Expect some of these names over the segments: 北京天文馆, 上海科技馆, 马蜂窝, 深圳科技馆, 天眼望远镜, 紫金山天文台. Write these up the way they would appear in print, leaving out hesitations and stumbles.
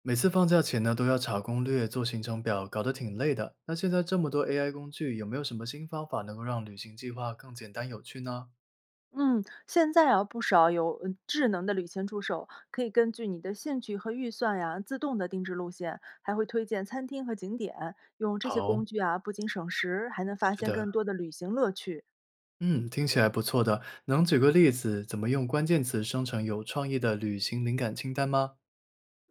每次放假前呢，都要查攻略、做行程表，搞得挺累的。那现在这么多 AI 工具，有没有什么新方法能够让旅行计划更简单有趣呢？嗯，现在啊，不少有智能的旅行助手，可以根据你的兴趣和预算呀，自动的定制路线，还会推荐餐厅和景点。用这些好。工具啊，不仅省时，还能发是现的。更多的旅行乐趣。嗯，听起来不错的。能举个例子，怎么用关键词生成有创意的旅行灵感清单吗？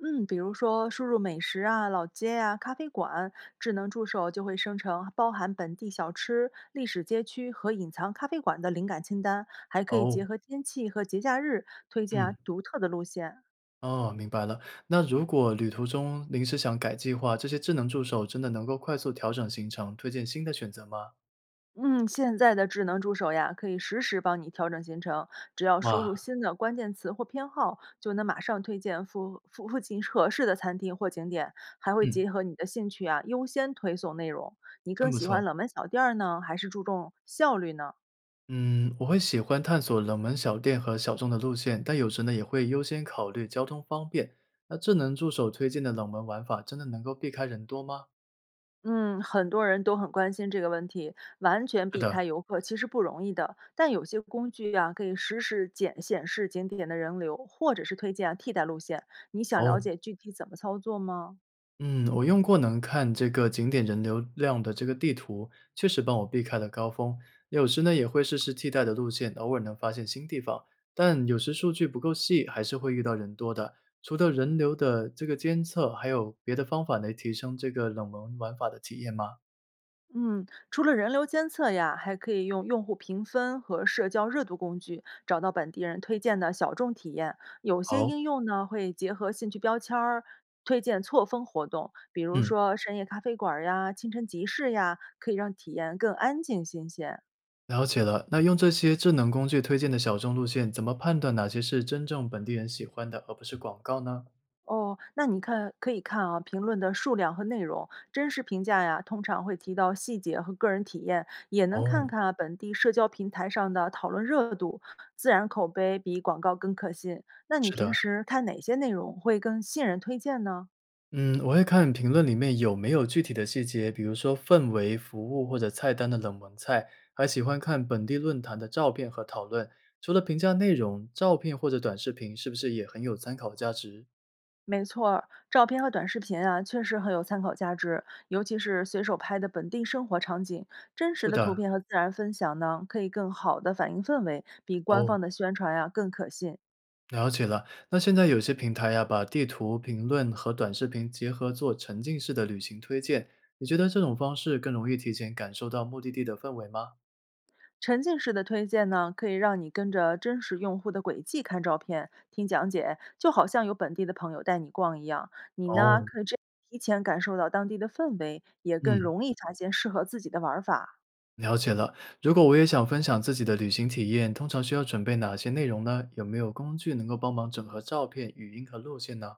嗯，比如说输入美食啊、老街啊、咖啡馆，智能助手就会生成包含本地小吃、历史街区和隐藏咖啡馆的灵感清单，还可以哦。结合天气和节假日推荐嗯，啊独特的路线。哦，明白了。那如果旅途中临时想改计划，这些智能助手真的能够快速调整行程，推荐新的选择吗？嗯，现在的智能助手呀，可以实时帮你调整行程，只要输哇。入新的关键词或偏好，就能马上推荐附近合适的餐厅或景点，还会嗯。结合你的兴趣啊，优先推送内容。你真更不喜错。欢冷门小店儿呢，还是注重效率呢？嗯，我会喜欢探索冷门小店和小众的路线，但有时呢也会优先考虑交通方便。那智能助手推荐的冷门玩法，真的能够避开人多吗？嗯，很多人都很关心这个问题，完全是避的。开游客其实不容易的。但有些工具啊，可以实时检显示景点的人流，或者是推荐啊替代路线。你想了哦。解具体怎么操作吗？嗯，我用过能看这个景点人流量的这个地图，确实帮我避开了高峰。有时呢也会试试替代的路线，偶尔能发现新地方，但有时数据不够细，还是会遇到人多的。除了人流的这个监测，还有别的方法来提升这个冷门玩法的体验吗？嗯，除了人流监测呀，还可以用用户评分和社交热度工具找到本地人推荐的小众体验。有些好。应用呢会结合兴趣标签儿推荐错峰活动，比如嗯。说深夜咖啡馆儿呀、清晨集市呀，可以让体验更安静新鲜。了解了，那用这些智能工具推荐的小众路线，怎么判断哪些是真正本地人喜欢的，而不是广告呢？哦，那你看可以看啊，评论的数量和内容，真实评价呀，通常会提到细节和个人体验，也能哦。看看啊本地社交平台上的讨论热度，自然口碑比广告更可信。那你是平的。时看哪些内容会更信任推荐呢？嗯，我会看评论里面有没有具体的细节，比如说氛围、服务或者菜单的冷门菜，还喜欢看本地论坛的照片和讨论。除了评价内容，照片或者短视频是不是也很有参考价值？没错儿，照片和短视频啊，确实很有参考价值，尤其是随手拍的本地生活场景，真实是的图的。片和自然分享呢，可以更好的反映氛围，比官哦，方的宣传呀、更可信。了解了，那现在有些平台呀，把地图评论和短视频结合做沉浸式的旅行推荐，你觉得这种方式更容易提前感受到目的地的氛围吗？沉浸式的推荐呢，可以让你跟着真实用户的轨迹看照片、听讲解，就好像有本地的朋友带你逛一样。你呢，哦。可以这样提前感受到当地的氛围，也更嗯，容易发现适合自己的玩儿法。了解了。如果我也想分享自己的旅行体验，通常需要准备哪些内容呢？有没有工具能够帮忙整合照片、语音和路线呢？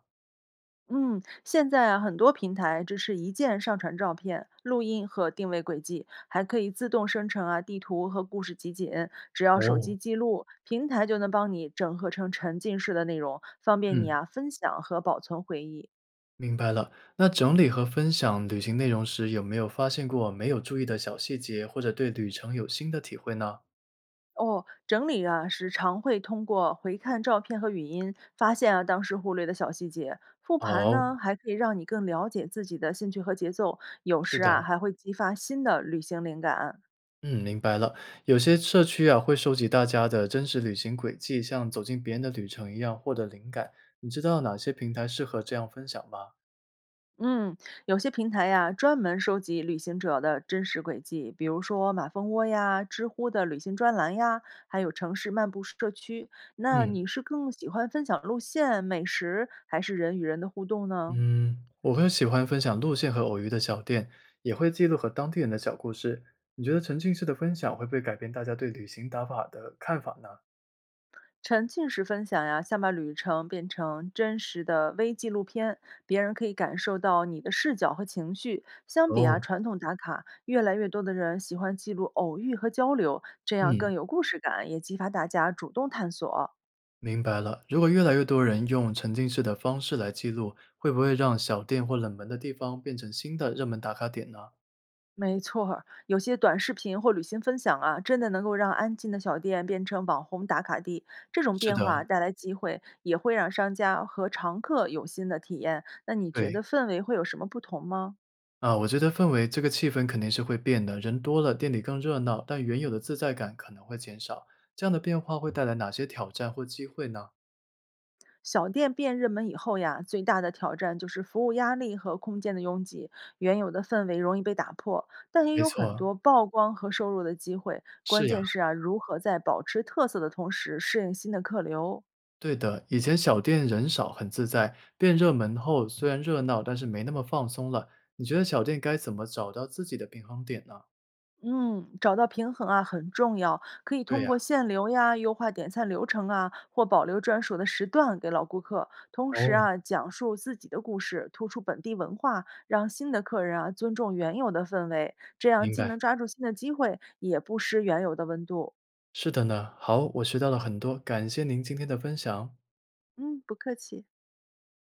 嗯，现在啊，很多平台支持一键上传照片、录音和定位轨迹，还可以自动生成啊地图和故事集锦。只要手哦。机记录，平台就能帮你整合成沉浸式的内容，方便你嗯，啊分享和保存回忆。明白了。那整理和分享旅行内容时，有没有发现过没有注意的小细节，或者对旅程有新的体会呢？哦，整理啊，时常会通过回看照片和语音，发现啊当时忽略的小细节。复盘哦。呢，还可以让你更了解自己的兴趣和节奏，有是时的。啊还会激发新的旅行灵感。嗯，明白了。有些社区啊会收集大家的真实旅行轨迹，像走进别人的旅程一样获得灵感。你知道哪些平台适合这样分享吗？嗯，有些平台呀、专门收集旅行者的真实轨迹，比如说马蜂窝呀、知乎的旅行专栏呀，还有城市漫步社区。那嗯。你是更喜欢分享路线、美食，还是人与人的互动呢？嗯，我会喜欢分享路线和偶遇的小店，也会记录和当地人的小故事。你觉得沉浸式的分享会不会改变大家对旅行打法的看法呢？沉浸式分享呀，想把旅程变成真实的微纪录片，别人可以感受到你的视角和情绪。相比啊，哦。传统打卡，越来越多的人喜欢记录偶遇和交流，这样嗯，更有故事感，也激发大家主动探索。明白了，如果越来越多人用沉浸式的方式来记录，会不会让小店或冷门的地方变成新的热门打卡点呢？没错儿，有些短视频或旅行分享啊，真的能够让安静的小店变成网红打卡地。这种是变的。化带来机会，也会让商家和常客有新的体验。那你觉对。得氛围会有什么不同吗？啊，我觉得氛围这个气氛肯定是会变的，人多了，店里更热闹，但原有的自在感可能会减少。这样的变化会带来哪些挑战或机会呢？小店变热门以后呀，最大的挑战就是服务压力和空间的拥挤，原有的氛围容易被打破，但也没有很错。多曝光和收入的机会。关是呀。键是啊，如何在保持特色的同时适应新的客流。对的。以前小店人少很自在，变热门后虽然热闹，但是没那么放松了。你觉得小店该怎么找到自己的平衡点呢？嗯，找到平衡啊很重要，可以对通呀。过限流呀、优化点餐流程啊，或保留专属的时段给老顾客。同时哦，啊，讲述自己的故事，突出本地文化，让新的客人啊尊重原有的氛围，这样明既白。能抓住新的机会，也不失原有的温度。是的呢。好，我学到了很多，感谢您今天的分享。嗯，不客气。